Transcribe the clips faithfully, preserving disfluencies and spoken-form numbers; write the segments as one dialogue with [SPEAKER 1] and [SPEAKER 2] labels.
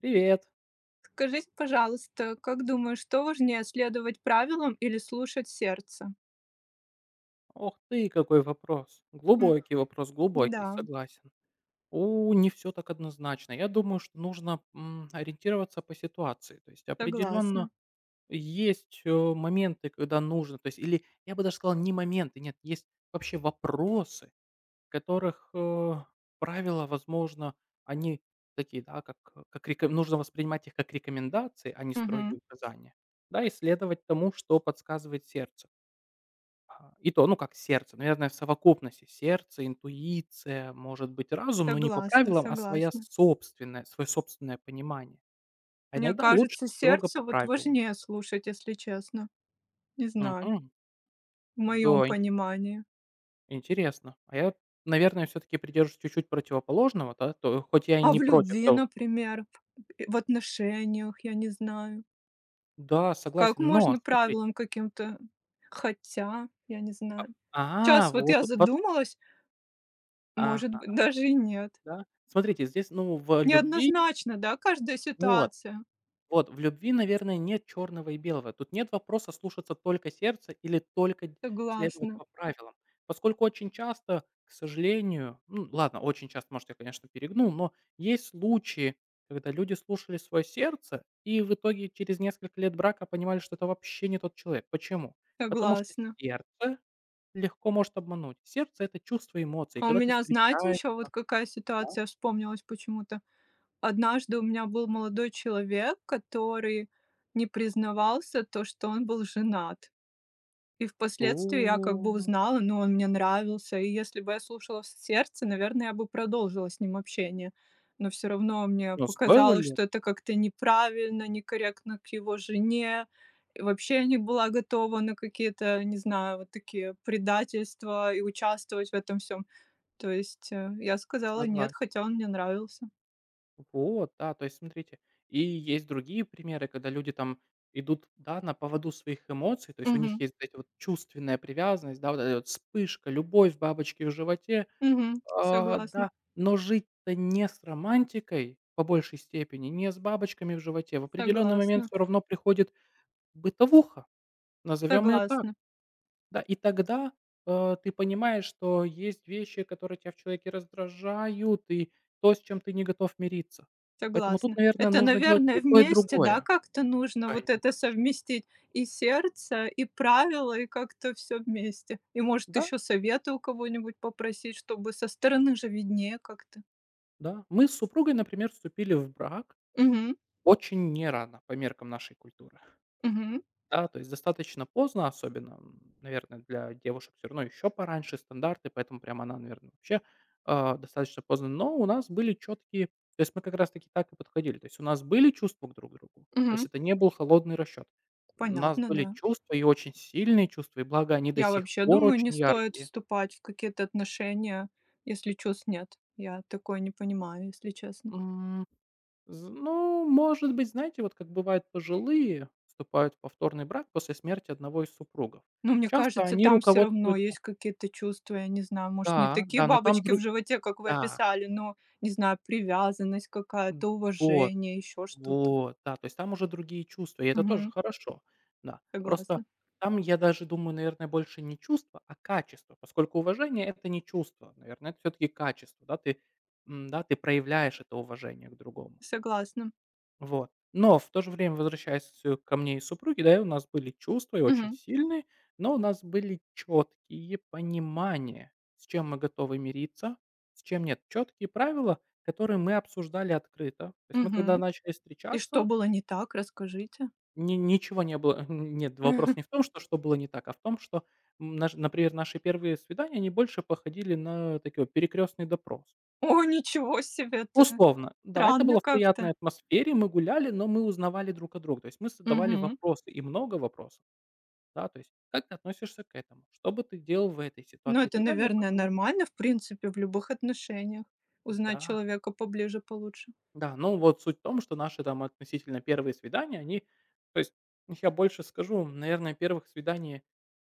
[SPEAKER 1] Привет.
[SPEAKER 2] Скажите, пожалуйста, как думаешь, что важнее, следовать правилам или слушать сердце?
[SPEAKER 1] Ох ты, какой вопрос.
[SPEAKER 2] М,
[SPEAKER 1] Глубокий вопрос,
[SPEAKER 2] да,
[SPEAKER 1] глубокий, согласен. У, не все так однозначно. Я думаю, что нужно м, ориентироваться по ситуации. То есть определенно
[SPEAKER 2] согласна.
[SPEAKER 1] есть э, моменты, когда нужно, то есть или я бы даже сказал не моменты, нет, есть вообще вопросы, которых э, правила, возможно, они такие, да, как э, как реком- нужно воспринимать их как рекомендации, а не строгие
[SPEAKER 2] Мгм.
[SPEAKER 1] указания, да, и следовать тому, что подсказывает сердце. А, и то, ну, как сердце, наверное, в совокупности сердце, интуиция, может быть, разум, но не по
[SPEAKER 2] Согласна,
[SPEAKER 1] правилам, а своя
[SPEAKER 2] согласна.
[SPEAKER 1] собственная свое собственное понимание. А
[SPEAKER 2] Мне
[SPEAKER 1] иногда лучше
[SPEAKER 2] кажется,
[SPEAKER 1] строго
[SPEAKER 2] сердце
[SPEAKER 1] по
[SPEAKER 2] вот
[SPEAKER 1] правилам.
[SPEAKER 2] важнее слушать, если честно. Не знаю,
[SPEAKER 1] Мгм.
[SPEAKER 2] в
[SPEAKER 1] Да,
[SPEAKER 2] моем
[SPEAKER 1] ин
[SPEAKER 2] понимании.
[SPEAKER 1] интересно. А я, наверное, все таки придерживаюсь чуть-чуть противоположного, да, то хоть я и
[SPEAKER 2] А
[SPEAKER 1] не
[SPEAKER 2] в
[SPEAKER 1] против
[SPEAKER 2] любви,
[SPEAKER 1] того.
[SPEAKER 2] например, в в отношениях, я не знаю.
[SPEAKER 1] Да,
[SPEAKER 2] Как
[SPEAKER 1] согласен, но
[SPEAKER 2] можно
[SPEAKER 1] смотрите,
[SPEAKER 2] правилам каким-то? Хотя, я не
[SPEAKER 1] а
[SPEAKER 2] знаю.
[SPEAKER 1] а,
[SPEAKER 2] Сейчас вот
[SPEAKER 1] вот
[SPEAKER 2] я
[SPEAKER 1] у вас.
[SPEAKER 2] задумалась, может быть,
[SPEAKER 1] Ага,
[SPEAKER 2] даже и нет.
[SPEAKER 1] да. Смотрите, здесь, ну, в любви
[SPEAKER 2] Неоднозначно, да, каждая
[SPEAKER 1] вот.
[SPEAKER 2] ситуация.
[SPEAKER 1] Вот, в любви, наверное, нет черного и белого. Тут нет вопроса слушаться только сердце или только д- следовать
[SPEAKER 2] Согласна,
[SPEAKER 1] по правилам. Поскольку очень часто, к сожалению, ну ладно, очень часто, может, я, конечно, перегнул, но есть случаи, когда люди слушали свое сердце и в итоге через несколько лет брака понимали, что это вообще не тот человек. Почему? Потому что
[SPEAKER 2] согласна.
[SPEAKER 1] сердце легко может обмануть. Сердце — это чувство эмоций.
[SPEAKER 2] А у
[SPEAKER 1] Когда ты
[SPEAKER 2] меня, знаете, еще вот
[SPEAKER 1] встречаешься...
[SPEAKER 2] какая
[SPEAKER 1] Да?
[SPEAKER 2] ситуация вспомнилась почему-то. Однажды у меня был молодой человек, который не признавался то, что он был женат. И впоследствии я как бы
[SPEAKER 1] О,
[SPEAKER 2] узнала, ну, он мне нравился. И если бы я слушала с сердце, наверное, я бы продолжила с ним общение. Но все равно мне
[SPEAKER 1] ну, стоило
[SPEAKER 2] показалось,
[SPEAKER 1] ли?
[SPEAKER 2] что это как-то неправильно, некорректно к его жене. И вообще я не была готова на какие-то, не знаю, вот такие предательства и участвовать в этом всем. То есть, э, я сказала нет,
[SPEAKER 1] Согласен.
[SPEAKER 2] хотя он мне нравился.
[SPEAKER 1] Вот, да, то есть смотрите. И есть другие примеры, когда люди там идут, да, на поводу своих эмоций, то есть у них
[SPEAKER 2] Угу,
[SPEAKER 1] есть вот эти вот чувственная привязанность, да, вот эта вот вспышка, любовь, бабочки в животе,
[SPEAKER 2] угу,
[SPEAKER 1] а,
[SPEAKER 2] согласна,
[SPEAKER 1] да. Но жить-то не с романтикой по большей степени, не с бабочками в животе. В определенный момент
[SPEAKER 2] согласна,
[SPEAKER 1] все равно приходит бытовуха, назовем ее так.
[SPEAKER 2] согласна.
[SPEAKER 1] Да, и тогда, э, ты понимаешь, что есть вещи, которые тебя в человеке раздражают, и то, с чем ты не готов мириться. Поэтому тут,
[SPEAKER 2] Согласна.
[SPEAKER 1] наверное,
[SPEAKER 2] Это,
[SPEAKER 1] нужно делать
[SPEAKER 2] наверное,
[SPEAKER 1] и то, и
[SPEAKER 2] вместе, да,
[SPEAKER 1] другое.
[SPEAKER 2] как-то нужно вот
[SPEAKER 1] Конечно.
[SPEAKER 2] это совместить и сердце, и правила, и как-то все вместе. И, может,
[SPEAKER 1] Да,
[SPEAKER 2] еще совета у кого-нибудь попросить, чтобы со стороны же виднее как-то.
[SPEAKER 1] да. Мы с супругой, например, вступили в брак
[SPEAKER 2] Мгм,
[SPEAKER 1] очень не рано по меркам нашей культуры.
[SPEAKER 2] мгм,
[SPEAKER 1] Да, то есть достаточно поздно, особенно, м, наверное, для девушек все равно еще пораньше стандарты, поэтому прям она, наверное, вообще, а, достаточно поздно. Но у нас были четкие, то есть мы как раз таки так и подходили. То есть у нас были чувства к друг другу, то
[SPEAKER 2] мгм.
[SPEAKER 1] есть это не был холодный расчет. У нас
[SPEAKER 2] Понятно,
[SPEAKER 1] были
[SPEAKER 2] да.
[SPEAKER 1] чувства, и очень сильные чувства, и благо они до
[SPEAKER 2] Я
[SPEAKER 1] сих
[SPEAKER 2] вообще
[SPEAKER 1] пор
[SPEAKER 2] думаю, не
[SPEAKER 1] очень
[SPEAKER 2] стоит
[SPEAKER 1] яркие.
[SPEAKER 2] вступать в какие-то отношения, если чувств нет. Я такое не понимаю, если честно.
[SPEAKER 1] М, з Ну, может быть, знаете, вот как бывает, пожилые вступают в повторный брак после смерти одного из супругов.
[SPEAKER 2] Ну, мне
[SPEAKER 1] Часто
[SPEAKER 2] кажется,
[SPEAKER 1] они
[SPEAKER 2] там все равно
[SPEAKER 1] руководствуются,
[SPEAKER 2] есть какие-то чувства, я не знаю, может, не
[SPEAKER 1] да,
[SPEAKER 2] такие
[SPEAKER 1] да, но там
[SPEAKER 2] бабочки в
[SPEAKER 1] друг.
[SPEAKER 2] животе, как вы
[SPEAKER 1] Да,
[SPEAKER 2] описали, но, не знаю, привязанность
[SPEAKER 1] м,
[SPEAKER 2] какая-то,
[SPEAKER 1] вот,
[SPEAKER 2] уважение, еще что-то.
[SPEAKER 1] вот, да, то есть там уже другие чувства, и это тоже
[SPEAKER 2] Мгм.
[SPEAKER 1] хорошо. Да, просто
[SPEAKER 2] Согласна,
[SPEAKER 1] там, я даже думаю, наверное, больше не чувство, а качество, поскольку уважение — это не чувство, наверное, это все таки качество, да, ты, м, да, ты проявляешь это уважение к другому.
[SPEAKER 2] согласна.
[SPEAKER 1] Вот. Но в то же время, возвращаясь э, ко мне и супруге, да, у нас были чувства и очень
[SPEAKER 2] Мгм,
[SPEAKER 1] сильные, но у нас были четкие понимания, с чем мы готовы мириться, с чем нет. Четкие правила, которые мы обсуждали открыто. То есть мы когда
[SPEAKER 2] мгм.
[SPEAKER 1] начали
[SPEAKER 2] И что
[SPEAKER 1] встречаться,
[SPEAKER 2] было не так, расскажите?
[SPEAKER 1] ни- ничего не было. Нет, вопрос не в том, что, что было не так, а в том, что, м, наш- например, наши первые свидания, они больше походили на такой перекрестный допрос.
[SPEAKER 2] О, ничего себе, это
[SPEAKER 1] Условно. Да, это
[SPEAKER 2] странно
[SPEAKER 1] было в
[SPEAKER 2] как-то.
[SPEAKER 1] приятной атмосфере, мы гуляли, но мы узнавали друг о друга. То есть мы задавали
[SPEAKER 2] Мгм.
[SPEAKER 1] вопросы, и много вопросов, да, то есть: "Как ты относишься к этому? Что бы ты делал в этой
[SPEAKER 2] Ну,
[SPEAKER 1] ситуации?" И
[SPEAKER 2] это,
[SPEAKER 1] так далее,
[SPEAKER 2] наверное,
[SPEAKER 1] потому что...
[SPEAKER 2] нормально, в принципе, в любых отношениях- узнать
[SPEAKER 1] Да,
[SPEAKER 2] человека поближе, получше.
[SPEAKER 1] да, ну вот суть в том, что наши там относительно первые свидания, они, то есть, я больше скажу, наверное, первых свиданий,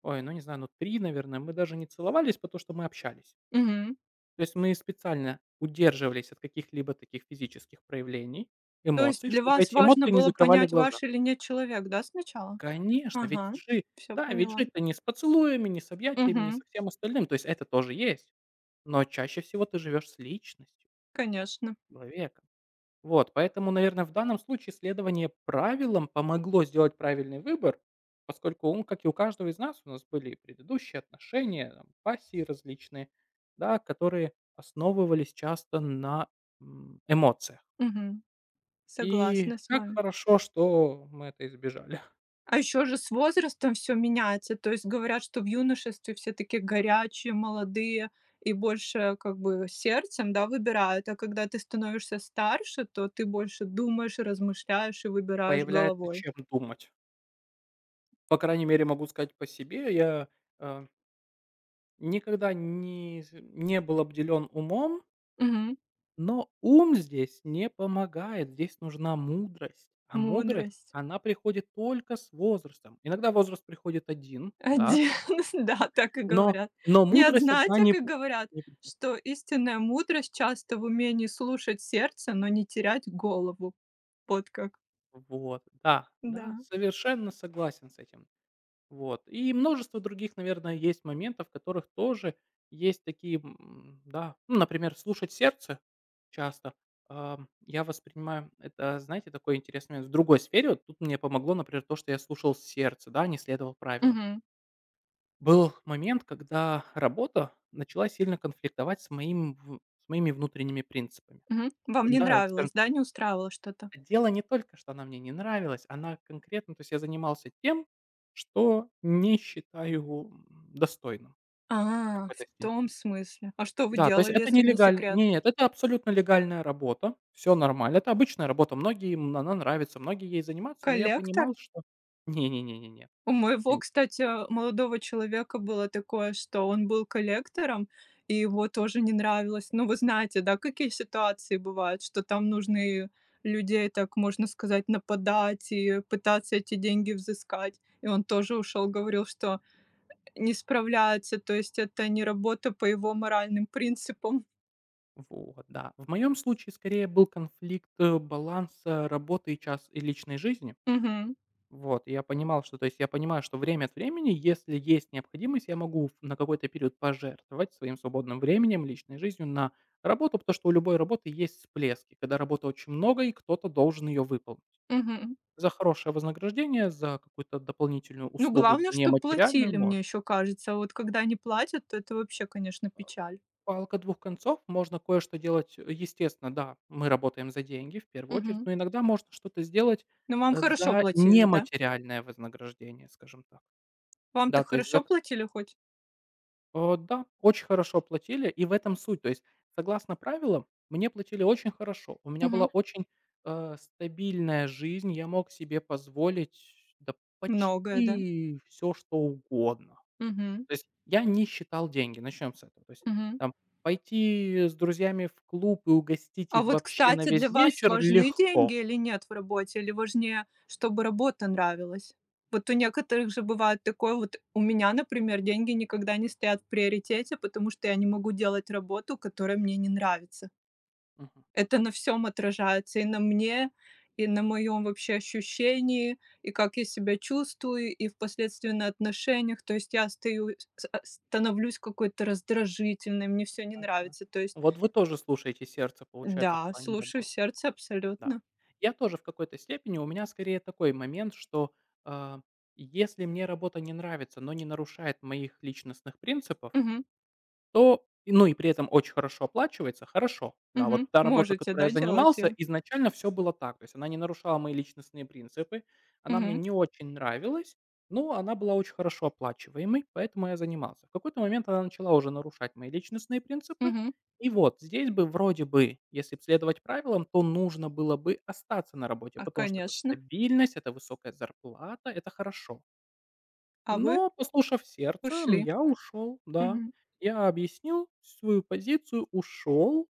[SPEAKER 1] ой, ну не знаю, ну три, наверное, мы даже не целовались, потому что мы общались.
[SPEAKER 2] Мгм.
[SPEAKER 1] То есть мы специально удерживались от каких-либо таких физических проявлений,
[SPEAKER 2] То есть
[SPEAKER 1] эмоций,
[SPEAKER 2] для
[SPEAKER 1] чтобы
[SPEAKER 2] вас
[SPEAKER 1] эти
[SPEAKER 2] важно
[SPEAKER 1] эмоции не
[SPEAKER 2] было
[SPEAKER 1] закрывали
[SPEAKER 2] понять,
[SPEAKER 1] глаза.
[SPEAKER 2] ваш или нет человек, да, сначала?
[SPEAKER 1] Конечно, ведь
[SPEAKER 2] Ага,
[SPEAKER 1] жи
[SPEAKER 2] все
[SPEAKER 1] да, ведь
[SPEAKER 2] поняла.
[SPEAKER 1] жить-то не с поцелуями, не с объятиями, не
[SPEAKER 2] Мгм.
[SPEAKER 1] со всем остальным. То есть это тоже есть, но чаще всего ты живешь с личностью,
[SPEAKER 2] Конечно.
[SPEAKER 1] человека. Вот, поэтому, наверное, в данном случае следование правилам помогло сделать правильный выбор, поскольку, он, как и у каждого из нас, у нас были и предыдущие отношения, там, пассии различные, да, которые основывались часто на, м, эмоциях.
[SPEAKER 2] Мгм.
[SPEAKER 1] И
[SPEAKER 2] Согласна с
[SPEAKER 1] как
[SPEAKER 2] вами.
[SPEAKER 1] хорошо, что мы это избежали.
[SPEAKER 2] А еще же с возрастом все меняется. То есть говорят, что в юношестве все такие горячие, молодые и больше как бы сердцем, да, выбирают. А когда ты становишься старше, то ты больше думаешь, размышляешь и выбираешь
[SPEAKER 1] Появляется
[SPEAKER 2] головой.
[SPEAKER 1] чем думать. По крайней мере, могу сказать по себе. Я, э, Никогда не з не был обделен умом,
[SPEAKER 2] Мгм.
[SPEAKER 1] но ум здесь не помогает. Здесь нужна мудрость. А мудрость,
[SPEAKER 2] Мудрость.
[SPEAKER 1] она приходит только с возрастом. Иногда возраст приходит один, да,
[SPEAKER 2] Один, да, так и
[SPEAKER 1] но
[SPEAKER 2] говорят.
[SPEAKER 1] но
[SPEAKER 2] Нет,
[SPEAKER 1] мудрость одна
[SPEAKER 2] знаете,
[SPEAKER 1] не
[SPEAKER 2] как
[SPEAKER 1] п
[SPEAKER 2] говорят,
[SPEAKER 1] не пу-
[SPEAKER 2] что истинная мудрость часто в умении слушать сердце, но не терять голову. Вот как.
[SPEAKER 1] Вот, да,
[SPEAKER 2] Да.
[SPEAKER 1] да, совершенно согласен с этим. Вот. И множество других, наверное, есть моментов, в которых тоже есть такие, м, да, ну, например, слушать сердце часто. Ам, я воспринимаю это, знаете, такой интересный момент. В другой сфере, вот тут мне помогло, например, то, что я слушал сердце, да, не следовал правилам.
[SPEAKER 2] Мгм.
[SPEAKER 1] Был момент, когда работа начала сильно конфликтовать с, моим, в- с моими внутренними принципами.
[SPEAKER 2] Мгм. Вам не
[SPEAKER 1] Да, скажем
[SPEAKER 2] нравилось, да, не устраивало что-то?
[SPEAKER 1] дело не только, что она мне не нравилась, она конкретно, то есть я занимался тем, что не считаю, м, достойным в
[SPEAKER 2] А, в
[SPEAKER 1] какой-то
[SPEAKER 2] том
[SPEAKER 1] степени.
[SPEAKER 2] смысле. А что вы
[SPEAKER 1] Да, то есть
[SPEAKER 2] делали,
[SPEAKER 1] это
[SPEAKER 2] если не
[SPEAKER 1] нелегаль
[SPEAKER 2] секрет?
[SPEAKER 1] нет, это абсолютно легальная работа, все нормально. Это обычная работа, многим она нравится, многие ей занимаются, но я
[SPEAKER 2] Коллектор?
[SPEAKER 1] понимал, что не не не не не,
[SPEAKER 2] У моего,
[SPEAKER 1] м,
[SPEAKER 2] кстати, молодого человека было такое, что он был коллектором, и его тоже не нравилось. Ну, вы знаете, да, какие ситуации бывают, что там нужно и людей, так можно сказать, нападать и пытаться эти деньги взыскать. И он тоже ушел, говорил, что не справляется, то есть это не работа по его моральным принципам.
[SPEAKER 1] вот, да. В моем случае скорее был конфликт, э, баланса работы и час и личной жизни.
[SPEAKER 2] Мгм,
[SPEAKER 1] Вот, и я понимал, что, то есть я понимаю, что время от времени, если есть необходимость, я могу в на какой-то период пожертвовать своим свободным временем, личной жизнью на работу, потому что у любой работы есть всплески, когда работы очень много, и кто-то должен ее выполнить.
[SPEAKER 2] мгм.
[SPEAKER 1] За хорошее вознаграждение, за какую-то дополнительную
[SPEAKER 2] Ну,
[SPEAKER 1] услугу
[SPEAKER 2] главное, что
[SPEAKER 1] нематериальную
[SPEAKER 2] платили, мне
[SPEAKER 1] можно.
[SPEAKER 2] еще кажется. А вот когда не платят, то это вообще, конечно,
[SPEAKER 1] А,
[SPEAKER 2] печаль.
[SPEAKER 1] Палка двух концов, можно кое-что делать, э, естественно, да, мы работаем за деньги в первую очередь,
[SPEAKER 2] Мгм.
[SPEAKER 1] но иногда можно что-то сделать
[SPEAKER 2] Но вам
[SPEAKER 1] э,
[SPEAKER 2] хорошо
[SPEAKER 1] за
[SPEAKER 2] платили, да?
[SPEAKER 1] нематериальное вознаграждение, скажем так.
[SPEAKER 2] Вам-то
[SPEAKER 1] Да, то есть за
[SPEAKER 2] хорошо платили хоть?
[SPEAKER 1] Э, да, очень хорошо платили, и в этом суть. То есть, согласно правилам, мне платили очень хорошо. У меня была
[SPEAKER 2] Мгм.
[SPEAKER 1] очень, э, стабильная жизнь, я мог себе позволить, да,
[SPEAKER 2] Многое, да?
[SPEAKER 1] почти все что угодно.
[SPEAKER 2] Мгм,
[SPEAKER 1] То есть я не считал деньги, начнем с этого. То есть
[SPEAKER 2] мгм.
[SPEAKER 1] там пойти с друзьями в клуб и угостить
[SPEAKER 2] А
[SPEAKER 1] их
[SPEAKER 2] вот,
[SPEAKER 1] вообще на
[SPEAKER 2] кстати, для
[SPEAKER 1] весь
[SPEAKER 2] вас
[SPEAKER 1] вечер
[SPEAKER 2] важны деньги
[SPEAKER 1] легко.
[SPEAKER 2] или нет в работе? Или важнее, чтобы работа нравилась? Вот у некоторых же бывает такое, вот у меня, например, деньги никогда не стоят в приоритете, потому что я не могу делать работу, которая мне не нравится.
[SPEAKER 1] Мгм.
[SPEAKER 2] Это на всем отражается: и на мне, и на моем вообще ощущении, и как я себя чувствую, и впоследствии на отношениях. То есть я стою с а, становлюсь какой-то раздражительной, мне все не
[SPEAKER 1] Да.
[SPEAKER 2] нравится. То есть
[SPEAKER 1] Вот вы тоже слушаете сердце, получается, в
[SPEAKER 2] да,
[SPEAKER 1] плане
[SPEAKER 2] слушаю
[SPEAKER 1] работы.
[SPEAKER 2] сердце
[SPEAKER 1] Да.
[SPEAKER 2] абсолютно.
[SPEAKER 1] Я тоже в какой-то степени, у меня скорее такой момент, что, а, если мне работа не нравится, но не нарушает моих личностных принципов,
[SPEAKER 2] Мгм,
[SPEAKER 1] то, и- ну и при этом очень хорошо оплачивается, хорошо. Да,
[SPEAKER 2] мгм.
[SPEAKER 1] вот та работа,
[SPEAKER 2] Можете,
[SPEAKER 1] которой я
[SPEAKER 2] да, делать
[SPEAKER 1] занимался,
[SPEAKER 2] её?
[SPEAKER 1] изначально все было так. То есть она не нарушала мои личностные принципы, она мне
[SPEAKER 2] Мгм,
[SPEAKER 1] не очень нравилась, но она была очень хорошо оплачиваемой, поэтому я занимался. В какой-то момент она начала уже нарушать мои личностные принципы.
[SPEAKER 2] мгм.
[SPEAKER 1] И вот здесь бы вроде бы, если б следовать правилам, то нужно было бы остаться на работе,
[SPEAKER 2] А,
[SPEAKER 1] потому что это
[SPEAKER 2] конечно.
[SPEAKER 1] стабильность, это высокая зарплата, это хорошо.
[SPEAKER 2] А вы
[SPEAKER 1] Но, послушав сердце,
[SPEAKER 2] ушли.
[SPEAKER 1] я ушел, да.
[SPEAKER 2] Мгм.
[SPEAKER 1] Я объяснил свою позицию, ушел,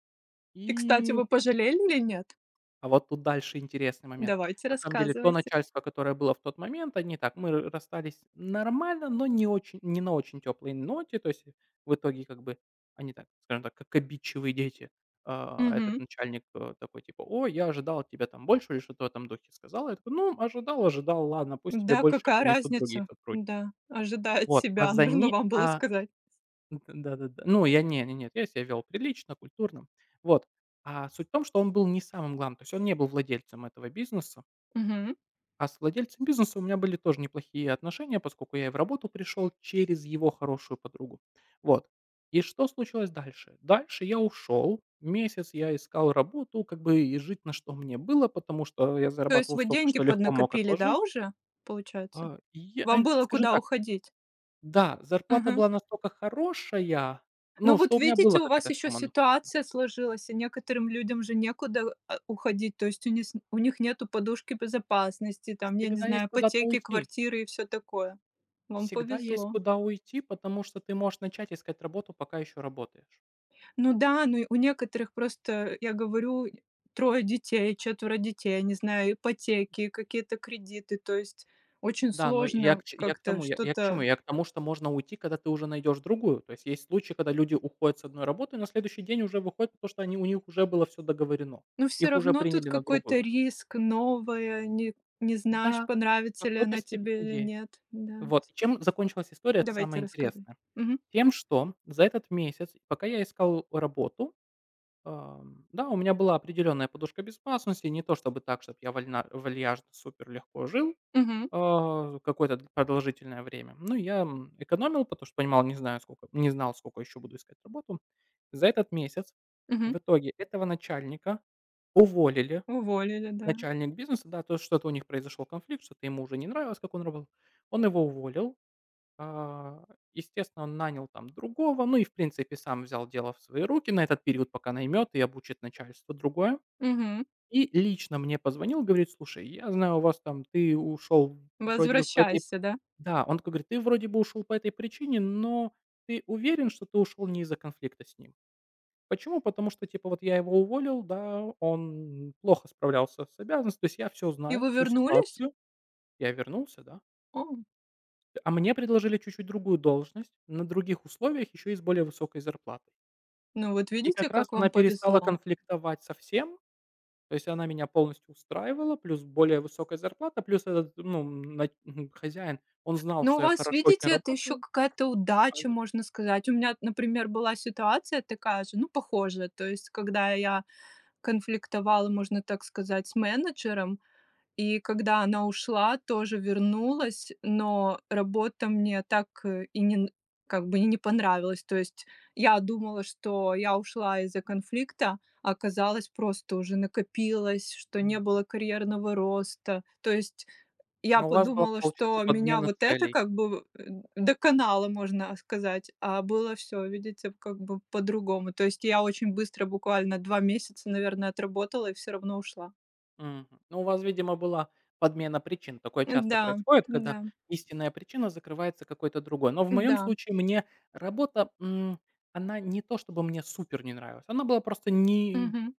[SPEAKER 2] И, кстати,
[SPEAKER 1] и...
[SPEAKER 2] вы пожалели или нет?
[SPEAKER 1] А вот тут дальше интересный момент.
[SPEAKER 2] Давайте,
[SPEAKER 1] На самом деле, то
[SPEAKER 2] рассказывайте.
[SPEAKER 1] начальство, которое было в тот момент, они так, мы р расстались нормально, но не очень, не на очень теплой ноте. То есть в итоге как бы они так, скажем так, как обидчивые дети. А, этот начальник, э, такой типа: "О, я ожидал от тебя там больше", или что-то в этом духе сказал. Я такой: "Ну, ожидал, ожидал, ладно, пусть тебе
[SPEAKER 2] Да,
[SPEAKER 1] больше
[SPEAKER 2] какая
[SPEAKER 1] принесут другие
[SPEAKER 2] разница?
[SPEAKER 1] сотрудники".
[SPEAKER 2] Да, ожидает
[SPEAKER 1] Вот, а
[SPEAKER 2] себя,
[SPEAKER 1] за
[SPEAKER 2] нужно
[SPEAKER 1] ни
[SPEAKER 2] вам было
[SPEAKER 1] а
[SPEAKER 2] сказать.
[SPEAKER 1] да-да-да. Ну, я не не нет, я себя вел прилично, культурно. Вот. А суть в том, что он был не самым главным, то есть он не был владельцем этого бизнеса,
[SPEAKER 2] Мгм.
[SPEAKER 1] а с владельцем бизнеса у меня были тоже неплохие отношения, поскольку я и в работу пришел через его хорошую подругу. Вот. И что случилось дальше? Дальше я ушел, месяц я искал работу, как бы и жить на что мне было, потому что я
[SPEAKER 2] То есть
[SPEAKER 1] зарабатывал
[SPEAKER 2] вы
[SPEAKER 1] столько,
[SPEAKER 2] деньги
[SPEAKER 1] что легко мог
[SPEAKER 2] поднакопили, да,
[SPEAKER 1] отложить.
[SPEAKER 2] уже, получается?
[SPEAKER 1] А, я,
[SPEAKER 2] Вам
[SPEAKER 1] а,
[SPEAKER 2] было
[SPEAKER 1] скажем
[SPEAKER 2] куда
[SPEAKER 1] так,
[SPEAKER 2] уходить?
[SPEAKER 1] да, зарплата
[SPEAKER 2] Мгм.
[SPEAKER 1] была настолько хорошая,
[SPEAKER 2] Ну
[SPEAKER 1] ну,
[SPEAKER 2] вот
[SPEAKER 1] что у меня
[SPEAKER 2] видите,
[SPEAKER 1] была
[SPEAKER 2] у вас
[SPEAKER 1] какая-то
[SPEAKER 2] еще
[SPEAKER 1] сумма. Ну,
[SPEAKER 2] ситуация сложилась, и некоторым людям же некуда а, уходить, то есть у них, у них нету подушки безопасности, там, я не
[SPEAKER 1] всегда есть
[SPEAKER 2] знаю,
[SPEAKER 1] куда-то
[SPEAKER 2] ипотеки,
[SPEAKER 1] уйти.
[SPEAKER 2] квартиры и все такое. Вам
[SPEAKER 1] Всегда есть
[SPEAKER 2] повезло.
[SPEAKER 1] куда уйти, потому что ты можешь начать искать работу, пока еще работаешь.
[SPEAKER 2] Ну да, ну и у некоторых просто, я говорю, трое детей, четверо детей, не знаю, ипотеки, какие-то кредиты. То есть очень
[SPEAKER 1] Да, но я
[SPEAKER 2] сложно
[SPEAKER 1] к, ч- я к
[SPEAKER 2] как-то
[SPEAKER 1] тому, я, я к чему?
[SPEAKER 2] что-то
[SPEAKER 1] Я к тому, что можно уйти, когда ты уже найдешь другую. То есть есть случаи, когда люди уходят с одной работы, и на следующий день уже выходят, потому что они, у них уже было все договорено.
[SPEAKER 2] но все
[SPEAKER 1] Их уже
[SPEAKER 2] равно тут
[SPEAKER 1] приняли на
[SPEAKER 2] какой-то
[SPEAKER 1] другую работу.
[SPEAKER 2] риск, новое, не не знаешь,
[SPEAKER 1] Да, в
[SPEAKER 2] понравится ли
[SPEAKER 1] какой-то
[SPEAKER 2] она тебе
[SPEAKER 1] степени
[SPEAKER 2] или
[SPEAKER 1] есть.
[SPEAKER 2] нет. Да.
[SPEAKER 1] Вот. И чем закончилась история, это
[SPEAKER 2] Давайте
[SPEAKER 1] самое
[SPEAKER 2] рассказывай.
[SPEAKER 1] интересное.
[SPEAKER 2] Мгм.
[SPEAKER 1] Тем, что за этот месяц, пока я искал работу, ам, да, у меня была определенная подушка безопасности, не то чтобы так, чтобы я вольна, вальяжно супер легко жил
[SPEAKER 2] Мгм.
[SPEAKER 1] а, какое-то д- продолжительное время. Ну, я м, экономил, потому что понимал, не знаю, сколько, не знал, сколько еще буду искать работу. За этот месяц
[SPEAKER 2] Мгм.
[SPEAKER 1] в итоге этого начальника уволили.
[SPEAKER 2] Уволили, да.
[SPEAKER 1] Начальник бизнеса, да, то есть что-то у них произошел конфликт, что-то ему уже не нравилось, как он работал. Он его уволил, а, естественно, он нанял там другого, ну и, в принципе, сам взял дело в свои руки на этот период, пока наймет и обучит начальство другое.
[SPEAKER 2] Мгм.
[SPEAKER 1] И лично мне позвонил, говорит, слушай, я знаю у вас там, ты ушел вроде бы по этой...
[SPEAKER 2] Возвращайся, да?
[SPEAKER 1] Да, он такой говорит, ты вроде бы ушел по этой причине, но ты уверен, что ты ушел не из-за конфликта с ним? Почему? Потому что, типа, вот я его уволил, да, он плохо справлялся с обязанностью, то есть я все
[SPEAKER 2] И
[SPEAKER 1] знаю,
[SPEAKER 2] вы
[SPEAKER 1] всю
[SPEAKER 2] вернулись?
[SPEAKER 1] ситуацию, я вернулся, да.
[SPEAKER 2] О,
[SPEAKER 1] А мне предложили чуть-чуть другую должность, на других условиях, еще и с более высокой зарплатой.
[SPEAKER 2] ну вот
[SPEAKER 1] И как
[SPEAKER 2] видите,
[SPEAKER 1] раз
[SPEAKER 2] как
[SPEAKER 1] она
[SPEAKER 2] вам
[SPEAKER 1] перестала
[SPEAKER 2] повезло.
[SPEAKER 1] конфликтовать со всем, то есть она меня полностью устраивала, плюс более высокая зарплата, плюс этот, ну, на хозяин, он знал,
[SPEAKER 2] Ну, у
[SPEAKER 1] что я
[SPEAKER 2] вас,
[SPEAKER 1] хорошо очень
[SPEAKER 2] видите, это еще
[SPEAKER 1] работаю.
[SPEAKER 2] какая-то
[SPEAKER 1] И
[SPEAKER 2] удача,
[SPEAKER 1] сразу,
[SPEAKER 2] можно сказать. У меня, например, была ситуация такая же, ну, похожая. То есть, когда я конфликтовала, можно так сказать, с менеджером, и когда она ушла, тоже вернулась, но работа мне так э, и не, н- как бы и не понравилась. То есть я думала, что я ушла из-за конфликта, а оказалось просто уже накопилось, что не
[SPEAKER 1] м,
[SPEAKER 2] было карьерного роста. То есть я
[SPEAKER 1] Ну, у вас была,
[SPEAKER 2] подумала,
[SPEAKER 1] получается,
[SPEAKER 2] что меня
[SPEAKER 1] подмена
[SPEAKER 2] вот это
[SPEAKER 1] целей.
[SPEAKER 2] как бы, э, доконало, можно сказать, а было все, видите, как бы по-другому. То есть я очень быстро, буквально два месяца, наверное, отработала и все равно ушла.
[SPEAKER 1] Мгм. Ну, у вас, видимо, была подмена причин. Такое часто
[SPEAKER 2] Да,
[SPEAKER 1] происходит, когда
[SPEAKER 2] да,
[SPEAKER 1] истинная причина закрывается какой-то другой. Но в моем
[SPEAKER 2] да,
[SPEAKER 1] случае мне работа, м, она не то чтобы мне супер не нравилась, она была просто не...
[SPEAKER 2] мгм.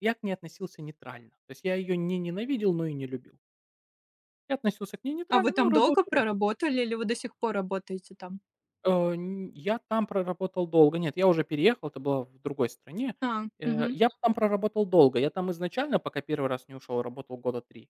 [SPEAKER 1] Я к ней относился нейтрально. То есть я ее не ненавидел, но и не любил. Я относился к ней
[SPEAKER 2] А вы
[SPEAKER 1] нейтрально, ну,
[SPEAKER 2] там долго
[SPEAKER 1] работа, работа.
[SPEAKER 2] проработали или вы до сих пор работаете там?
[SPEAKER 1] Э, н- Я там проработал долго. Нет, я уже переехал, это было в другой стране.
[SPEAKER 2] А,
[SPEAKER 1] Э,
[SPEAKER 2] мгм,
[SPEAKER 1] Я там проработал долго. Я там изначально, пока первый раз не ушел, работал года три.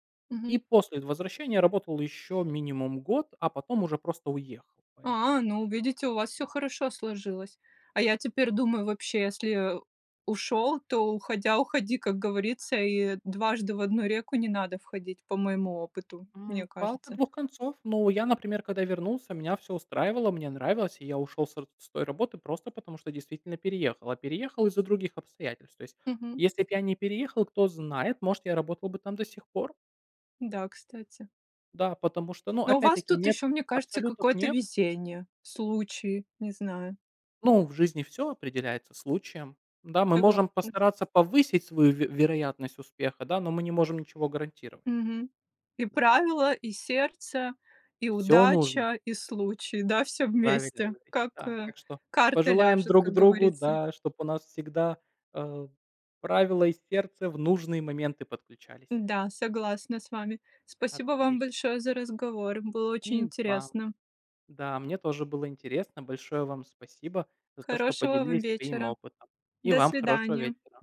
[SPEAKER 1] И
[SPEAKER 2] мгм.
[SPEAKER 1] после возвращения работал еще минимум год, а потом уже просто уехал. Поэтому,
[SPEAKER 2] А, ну, видите, у вас все
[SPEAKER 1] да.
[SPEAKER 2] хорошо сложилось. А я теперь думаю, вообще, если ушел, то, уходя, уходи, как говорится, и дважды в одну реку не надо входить, по моему опыту, мне
[SPEAKER 1] М, палка
[SPEAKER 2] кажется.
[SPEAKER 1] двух концов. Ну, я, например, когда вернулся, меня все устраивало, мне нравилось, и я ушел с р с той работы просто потому, что действительно переехал. А переехал из-за других обстоятельств. То есть,
[SPEAKER 2] Мгм.
[SPEAKER 1] если бы я не переехал, кто знает, может, я работал бы там до сих пор.
[SPEAKER 2] Да, кстати.
[SPEAKER 1] Да, потому что, ну,
[SPEAKER 2] Но у вас
[SPEAKER 1] опять-таки,
[SPEAKER 2] тут
[SPEAKER 1] нет,
[SPEAKER 2] еще, мне кажется,
[SPEAKER 1] абсолютов
[SPEAKER 2] какое-то
[SPEAKER 1] нет.
[SPEAKER 2] везение, случай, не знаю.
[SPEAKER 1] Ну, в жизни все определяется случаем. Да, мы
[SPEAKER 2] Согласна.
[SPEAKER 1] можем постараться повысить свою ве вероятность успеха, да, но мы не можем ничего гарантировать.
[SPEAKER 2] Мгм. И
[SPEAKER 1] Да,
[SPEAKER 2] правила, и сердце, и
[SPEAKER 1] всё нужно,
[SPEAKER 2] удача, и случай, да, все
[SPEAKER 1] правильно
[SPEAKER 2] вместе.
[SPEAKER 1] говорите,
[SPEAKER 2] Как,
[SPEAKER 1] да.
[SPEAKER 2] э,
[SPEAKER 1] Так что
[SPEAKER 2] карта
[SPEAKER 1] пожелаем
[SPEAKER 2] ляжет,
[SPEAKER 1] друг
[SPEAKER 2] как
[SPEAKER 1] другу,
[SPEAKER 2] говорится.
[SPEAKER 1] да, чтобы у нас всегда, э, правила и сердце в нужные моменты подключались.
[SPEAKER 2] Да, согласна с вами. Спасибо вам
[SPEAKER 1] Отлично.
[SPEAKER 2] большое за разговор. Было очень
[SPEAKER 1] И вам.
[SPEAKER 2] интересно.
[SPEAKER 1] Да, мне тоже было интересно. Большое вам спасибо за то, что
[SPEAKER 2] Хорошего вам
[SPEAKER 1] поделились своим
[SPEAKER 2] вечера.
[SPEAKER 1] опытом. И
[SPEAKER 2] До
[SPEAKER 1] вам хорошего
[SPEAKER 2] свидания.
[SPEAKER 1] вечера.